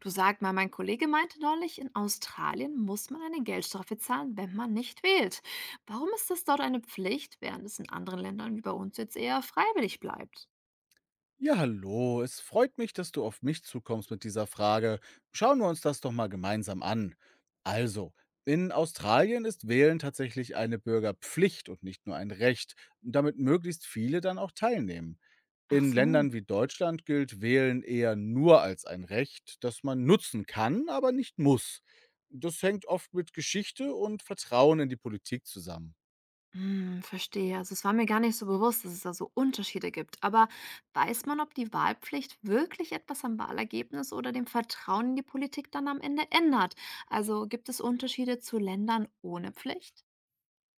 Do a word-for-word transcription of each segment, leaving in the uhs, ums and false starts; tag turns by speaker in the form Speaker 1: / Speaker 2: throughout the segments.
Speaker 1: Du, sag mal, mein Kollege meinte neulich, in Australien muss man eine Geldstrafe zahlen, wenn man nicht wählt. Warum ist das dort eine Pflicht, während es in anderen Ländern wie bei uns jetzt eher freiwillig bleibt?
Speaker 2: Ja, hallo. Es freut mich, dass du auf mich zukommst mit dieser Frage. Schauen wir uns das doch mal gemeinsam an. Also, in Australien ist Wählen tatsächlich eine Bürgerpflicht und nicht nur ein Recht, damit möglichst viele dann auch teilnehmen.
Speaker 1: Ach
Speaker 2: In
Speaker 1: so,
Speaker 2: Ländern wie Deutschland gilt Wählen eher nur als ein Recht, das man nutzen kann, aber nicht muss. Das hängt oft mit Geschichte und Vertrauen in die Politik zusammen.
Speaker 1: hm, verstehe. Also es war mir gar nicht so bewusst, dass es da so Unterschiede gibt. Aber weiß man, ob die Wahlpflicht wirklich etwas am Wahlergebnis oder dem Vertrauen in die Politik dann am Ende ändert? Also gibt es Unterschiede zu Ländern ohne Pflicht?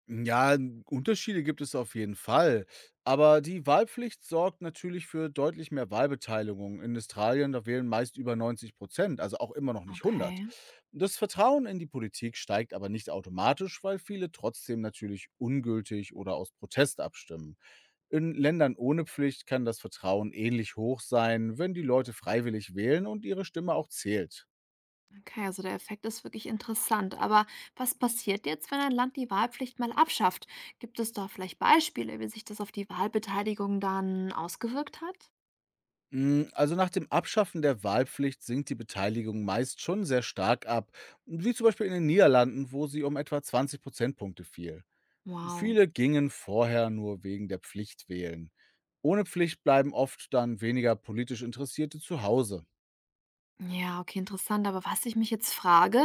Speaker 2: Ja, Unterschiede gibt es auf jeden Fall. Aber die Wahlpflicht sorgt natürlich für deutlich mehr Wahlbeteiligung. In Australien, da wählen meist über neunzig Prozent, also auch immer noch nicht hundert.
Speaker 1: Okay.
Speaker 2: Das Vertrauen in die Politik steigt aber nicht automatisch, weil viele trotzdem natürlich ungültig oder aus Protest abstimmen. In Ländern ohne Pflicht kann das Vertrauen ähnlich hoch sein, wenn die Leute freiwillig wählen und ihre Stimme auch zählt.
Speaker 1: Okay, also der Effekt ist wirklich interessant. Aber was passiert jetzt, wenn ein Land die Wahlpflicht mal abschafft? Gibt es da vielleicht Beispiele, wie sich das auf die Wahlbeteiligung dann ausgewirkt hat?
Speaker 2: Mm, Also nach dem Abschaffen der Wahlpflicht sinkt die Beteiligung meist schon sehr stark ab, wie zum Beispiel in den Niederlanden, wo sie um etwa zwanzig Prozentpunkte fiel.
Speaker 1: Wow.
Speaker 2: Viele gingen vorher nur wegen der Pflicht wählen. Ohne Pflicht bleiben oft dann weniger politisch Interessierte zu Hause.
Speaker 1: Ja, okay, interessant. Aber was ich mich jetzt frage,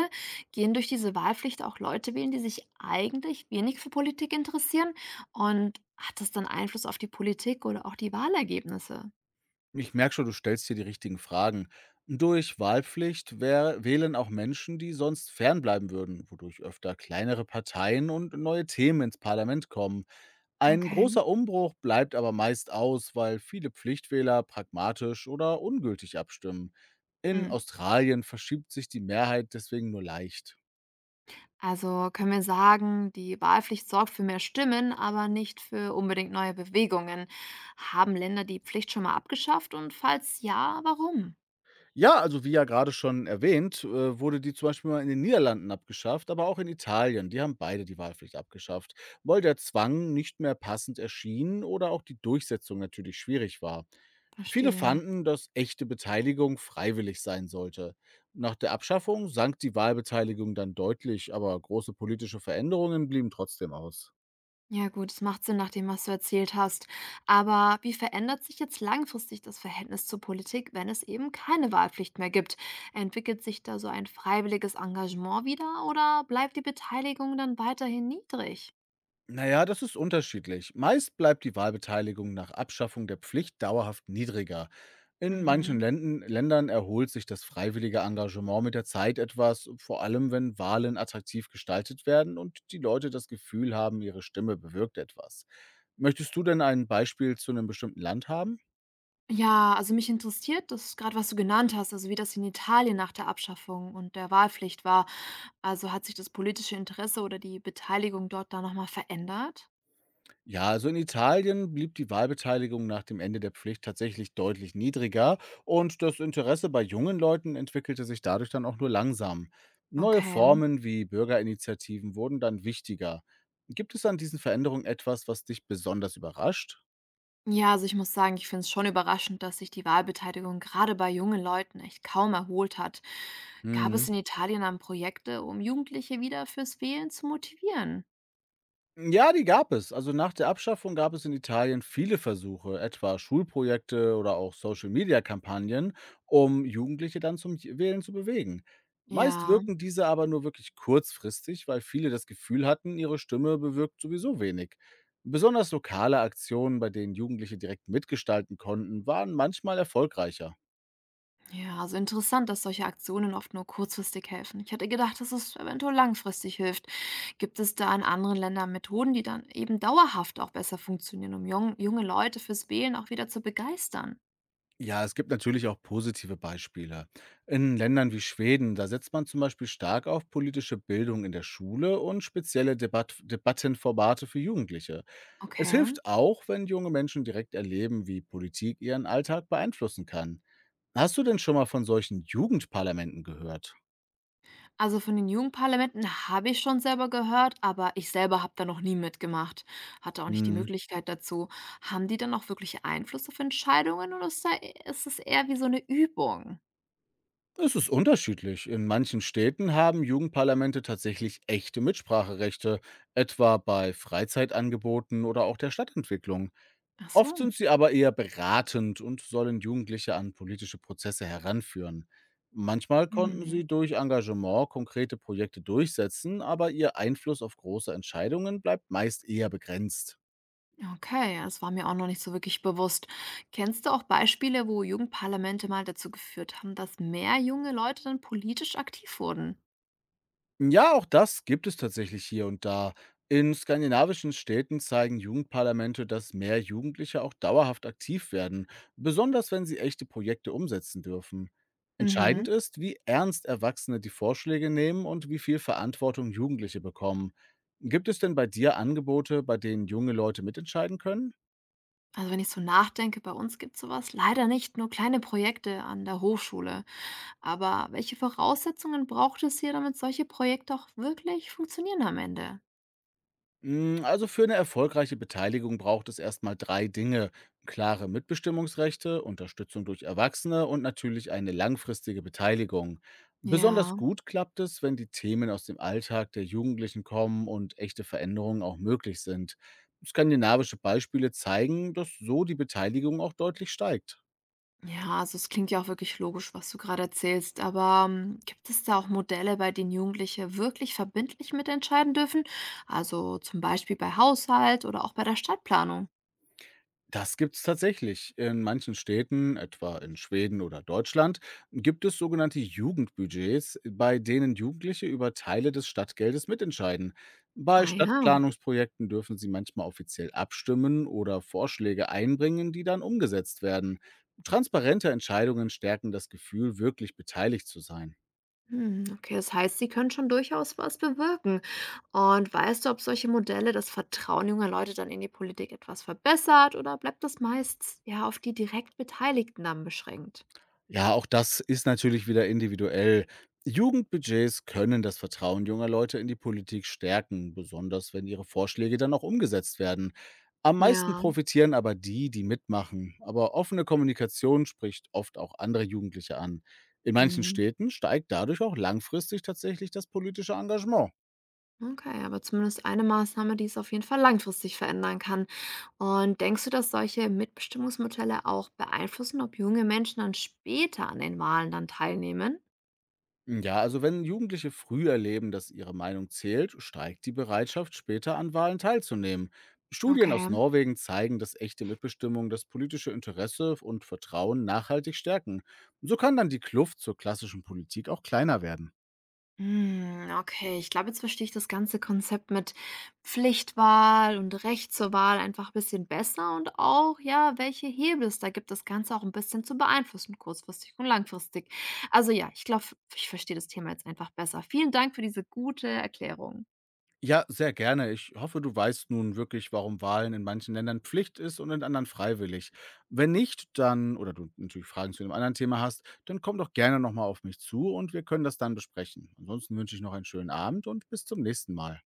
Speaker 1: gehen durch diese Wahlpflicht auch Leute wählen, die sich eigentlich wenig für Politik interessieren? Und hat das dann Einfluss auf die Politik oder auch die Wahlergebnisse?
Speaker 2: Ich merke schon, du stellst hier die richtigen Fragen. Durch Wahlpflicht wär, wählen auch Menschen, die sonst fernbleiben würden, wodurch öfter kleinere Parteien und neue Themen ins Parlament kommen. Ein
Speaker 1: Okay.
Speaker 2: großer Umbruch bleibt aber meist aus, weil viele Pflichtwähler pragmatisch oder ungültig abstimmen. In
Speaker 1: Hm.
Speaker 2: Australien verschiebt sich die Mehrheit deswegen nur leicht.
Speaker 1: Also können wir sagen, die Wahlpflicht sorgt für mehr Stimmen, aber nicht für unbedingt neue Bewegungen. Haben Länder die Pflicht schon mal abgeschafft und falls ja, warum?
Speaker 2: Ja, also wie ja gerade schon erwähnt, äh, wurde die zum Beispiel mal in den Niederlanden abgeschafft, aber auch in Italien. Die haben beide die Wahlpflicht abgeschafft, weil der Zwang nicht mehr passend erschien oder auch die Durchsetzung natürlich schwierig war. Viele
Speaker 1: Verstehe.
Speaker 2: fanden, dass echte Beteiligung freiwillig sein sollte. Nach der Abschaffung sank die Wahlbeteiligung dann deutlich, aber große politische Veränderungen blieben trotzdem aus.
Speaker 1: Ja gut, es macht Sinn nach dem, was du erzählt hast. Aber wie verändert sich jetzt langfristig das Verhältnis zur Politik, wenn es eben keine Wahlpflicht mehr gibt? Entwickelt sich da so ein freiwilliges Engagement wieder oder bleibt die Beteiligung dann weiterhin niedrig?
Speaker 2: Na ja, das ist unterschiedlich. Meist bleibt die Wahlbeteiligung nach Abschaffung der Pflicht dauerhaft niedriger. In manchen
Speaker 1: Mhm.
Speaker 2: Länden, Ländern erholt sich das freiwillige Engagement mit der Zeit etwas, vor allem wenn Wahlen attraktiv gestaltet werden und die Leute das Gefühl haben, ihre Stimme bewirkt etwas. Möchtest du denn ein Beispiel zu einem bestimmten Land haben?
Speaker 1: Ja, also mich interessiert das gerade, was du genannt hast, also wie das in Italien nach der Abschaffung und der Wahlpflicht war. Also hat sich das politische Interesse oder die Beteiligung dort da noch mal verändert?
Speaker 2: Ja, also in Italien blieb die Wahlbeteiligung nach dem Ende der Pflicht tatsächlich deutlich niedriger und das Interesse bei jungen Leuten entwickelte sich dadurch dann auch nur langsam. Neue
Speaker 1: Okay.
Speaker 2: Formen wie Bürgerinitiativen wurden dann wichtiger. Gibt es an diesen Veränderungen etwas, was dich besonders überrascht?
Speaker 1: Ja, also ich muss sagen, ich finde es schon überraschend, dass sich die Wahlbeteiligung gerade bei jungen Leuten echt kaum erholt hat. Gab es
Speaker 2: Mhm.
Speaker 1: in Italien dann Projekte, um Jugendliche wieder fürs Wählen zu motivieren?
Speaker 2: Ja, die gab es. Also nach der Abschaffung gab es in Italien viele Versuche, etwa Schulprojekte oder auch Social-Media-Kampagnen, um Jugendliche dann zum J- Wählen zu bewegen. Meist
Speaker 1: Ja.
Speaker 2: wirken diese aber nur wirklich kurzfristig, weil viele das Gefühl hatten, ihre Stimme bewirkt sowieso wenig. Besonders lokale Aktionen, bei denen Jugendliche direkt mitgestalten konnten, waren manchmal erfolgreicher.
Speaker 1: Ja, also interessant, dass solche Aktionen oft nur kurzfristig helfen. Ich hätte gedacht, dass es eventuell langfristig hilft. Gibt es da in anderen Ländern Methoden, die dann eben dauerhaft auch besser funktionieren, um jung, junge Leute fürs Wählen auch wieder zu begeistern?
Speaker 2: Ja, es gibt natürlich auch positive Beispiele. In Ländern wie Schweden, da setzt man zum Beispiel stark auf politische Bildung in der Schule und spezielle Debat Debattenformate für Jugendliche. Es
Speaker 1: Okay.
Speaker 2: hilft auch, wenn junge Menschen direkt erleben, wie Politik ihren Alltag beeinflussen kann. Hast du denn schon mal von solchen Jugendparlamenten gehört?
Speaker 1: Also von den Jugendparlamenten habe ich schon selber gehört, aber ich selber habe da noch nie mitgemacht. Hatte auch nicht die
Speaker 2: Hm.
Speaker 1: Möglichkeit dazu. Haben die dann auch wirklich Einfluss auf Entscheidungen oder ist, da, ist es eher wie so eine Übung?
Speaker 2: Es ist unterschiedlich. In manchen Städten haben Jugendparlamente tatsächlich echte Mitspracherechte, etwa bei Freizeitangeboten oder auch der Stadtentwicklung.
Speaker 1: Ach
Speaker 2: Oft
Speaker 1: so.
Speaker 2: sind sie aber eher beratend und sollen Jugendliche an politische Prozesse heranführen. Manchmal konnten
Speaker 1: Hm.
Speaker 2: sie durch Engagement konkrete Projekte durchsetzen, aber ihr Einfluss auf große Entscheidungen bleibt meist eher begrenzt.
Speaker 1: Okay, ja, das war mir auch noch nicht so wirklich bewusst. Kennst du auch Beispiele, wo Jugendparlamente mal dazu geführt haben, dass mehr junge Leute dann politisch aktiv wurden?
Speaker 2: Ja, auch das gibt es tatsächlich hier und da. In skandinavischen Städten zeigen Jugendparlamente, dass mehr Jugendliche auch dauerhaft aktiv werden, besonders wenn sie echte Projekte umsetzen dürfen.
Speaker 1: Mhm.
Speaker 2: Entscheidend ist, wie ernst Erwachsene die Vorschläge nehmen und wie viel Verantwortung Jugendliche bekommen. Gibt es denn bei dir Angebote, bei denen junge Leute mitentscheiden können?
Speaker 1: Also wenn ich so nachdenke, bei uns gibt es sowas leider nicht, nur kleine Projekte an der Hochschule. Aber welche Voraussetzungen braucht es hier, damit solche Projekte auch wirklich funktionieren am Ende?
Speaker 2: Mm, Also für eine erfolgreiche Beteiligung braucht es erstmal drei Dinge. Klare Mitbestimmungsrechte, Unterstützung durch Erwachsene und natürlich eine langfristige Beteiligung. Besonders
Speaker 1: Ja.
Speaker 2: gut klappt es, wenn die Themen aus dem Alltag der Jugendlichen kommen und echte Veränderungen auch möglich sind. Skandinavische Beispiele zeigen, dass so die Beteiligung auch deutlich steigt.
Speaker 1: Ja, also es klingt ja auch wirklich logisch, was du gerade erzählst, aber ähm, gibt es da auch Modelle, bei denen Jugendliche wirklich verbindlich mitentscheiden dürfen? Also zum Beispiel bei Haushalt oder auch bei der Stadtplanung.
Speaker 2: Das gibt es tatsächlich. In manchen Städten, etwa in Schweden oder Deutschland, gibt es sogenannte Jugendbudgets, bei denen Jugendliche über Teile des Stadtgeldes mitentscheiden. Bei
Speaker 1: Ah ja,
Speaker 2: Stadtplanungsprojekten dürfen sie manchmal offiziell abstimmen oder Vorschläge einbringen, die dann umgesetzt werden. Transparente Entscheidungen stärken das Gefühl, wirklich beteiligt zu sein.
Speaker 1: hm, okay, das heißt, sie können schon durchaus was bewirken. Und weißt du, ob solche Modelle das Vertrauen junger Leute dann in die Politik etwas verbessert oder bleibt das meist ja auf die direkt Beteiligten dann beschränkt?
Speaker 2: Ja, auch das ist natürlich wieder individuell. Jugendbudgets können das Vertrauen junger Leute in die Politik stärken, besonders wenn ihre Vorschläge dann auch umgesetzt werden. Am meisten
Speaker 1: Ja.
Speaker 2: profitieren aber die, die mitmachen. Aber offene Kommunikation spricht oft auch andere Jugendliche an. In manchen Städten steigt dadurch auch langfristig tatsächlich das politische Engagement.
Speaker 1: Okay, aber zumindest eine Maßnahme, die es auf jeden Fall langfristig verändern kann. Und denkst du, dass solche Mitbestimmungsmodelle auch beeinflussen, ob junge Menschen dann später an den Wahlen dann teilnehmen?
Speaker 2: Ja, also wenn Jugendliche früh erleben, dass ihre Meinung zählt, steigt die Bereitschaft, später an Wahlen teilzunehmen. Studien
Speaker 1: Okay.
Speaker 2: aus Norwegen zeigen, dass echte Mitbestimmung das politische Interesse und Vertrauen nachhaltig stärken. So kann dann die Kluft zur klassischen Politik auch kleiner werden.
Speaker 1: Hm, okay, ich glaube, jetzt verstehe ich das ganze Konzept mit Pflichtwahl und Recht zur Wahl einfach ein bisschen besser und auch, ja, welche Hebel es da gibt, das Ganze auch ein bisschen zu beeinflussen, kurzfristig und langfristig. Also ja, ich glaube, ich verstehe das Thema jetzt einfach besser. Vielen Dank für diese gute Erklärung.
Speaker 2: Ja, sehr gerne. Ich hoffe, du weißt nun wirklich, warum Wahlen in manchen Ländern Pflicht ist und in anderen freiwillig. Wenn nicht, dann, oder du natürlich Fragen zu einem anderen Thema hast, dann komm doch gerne nochmal auf mich zu und wir können das dann besprechen. Ansonsten wünsche ich noch einen schönen Abend und bis zum nächsten Mal.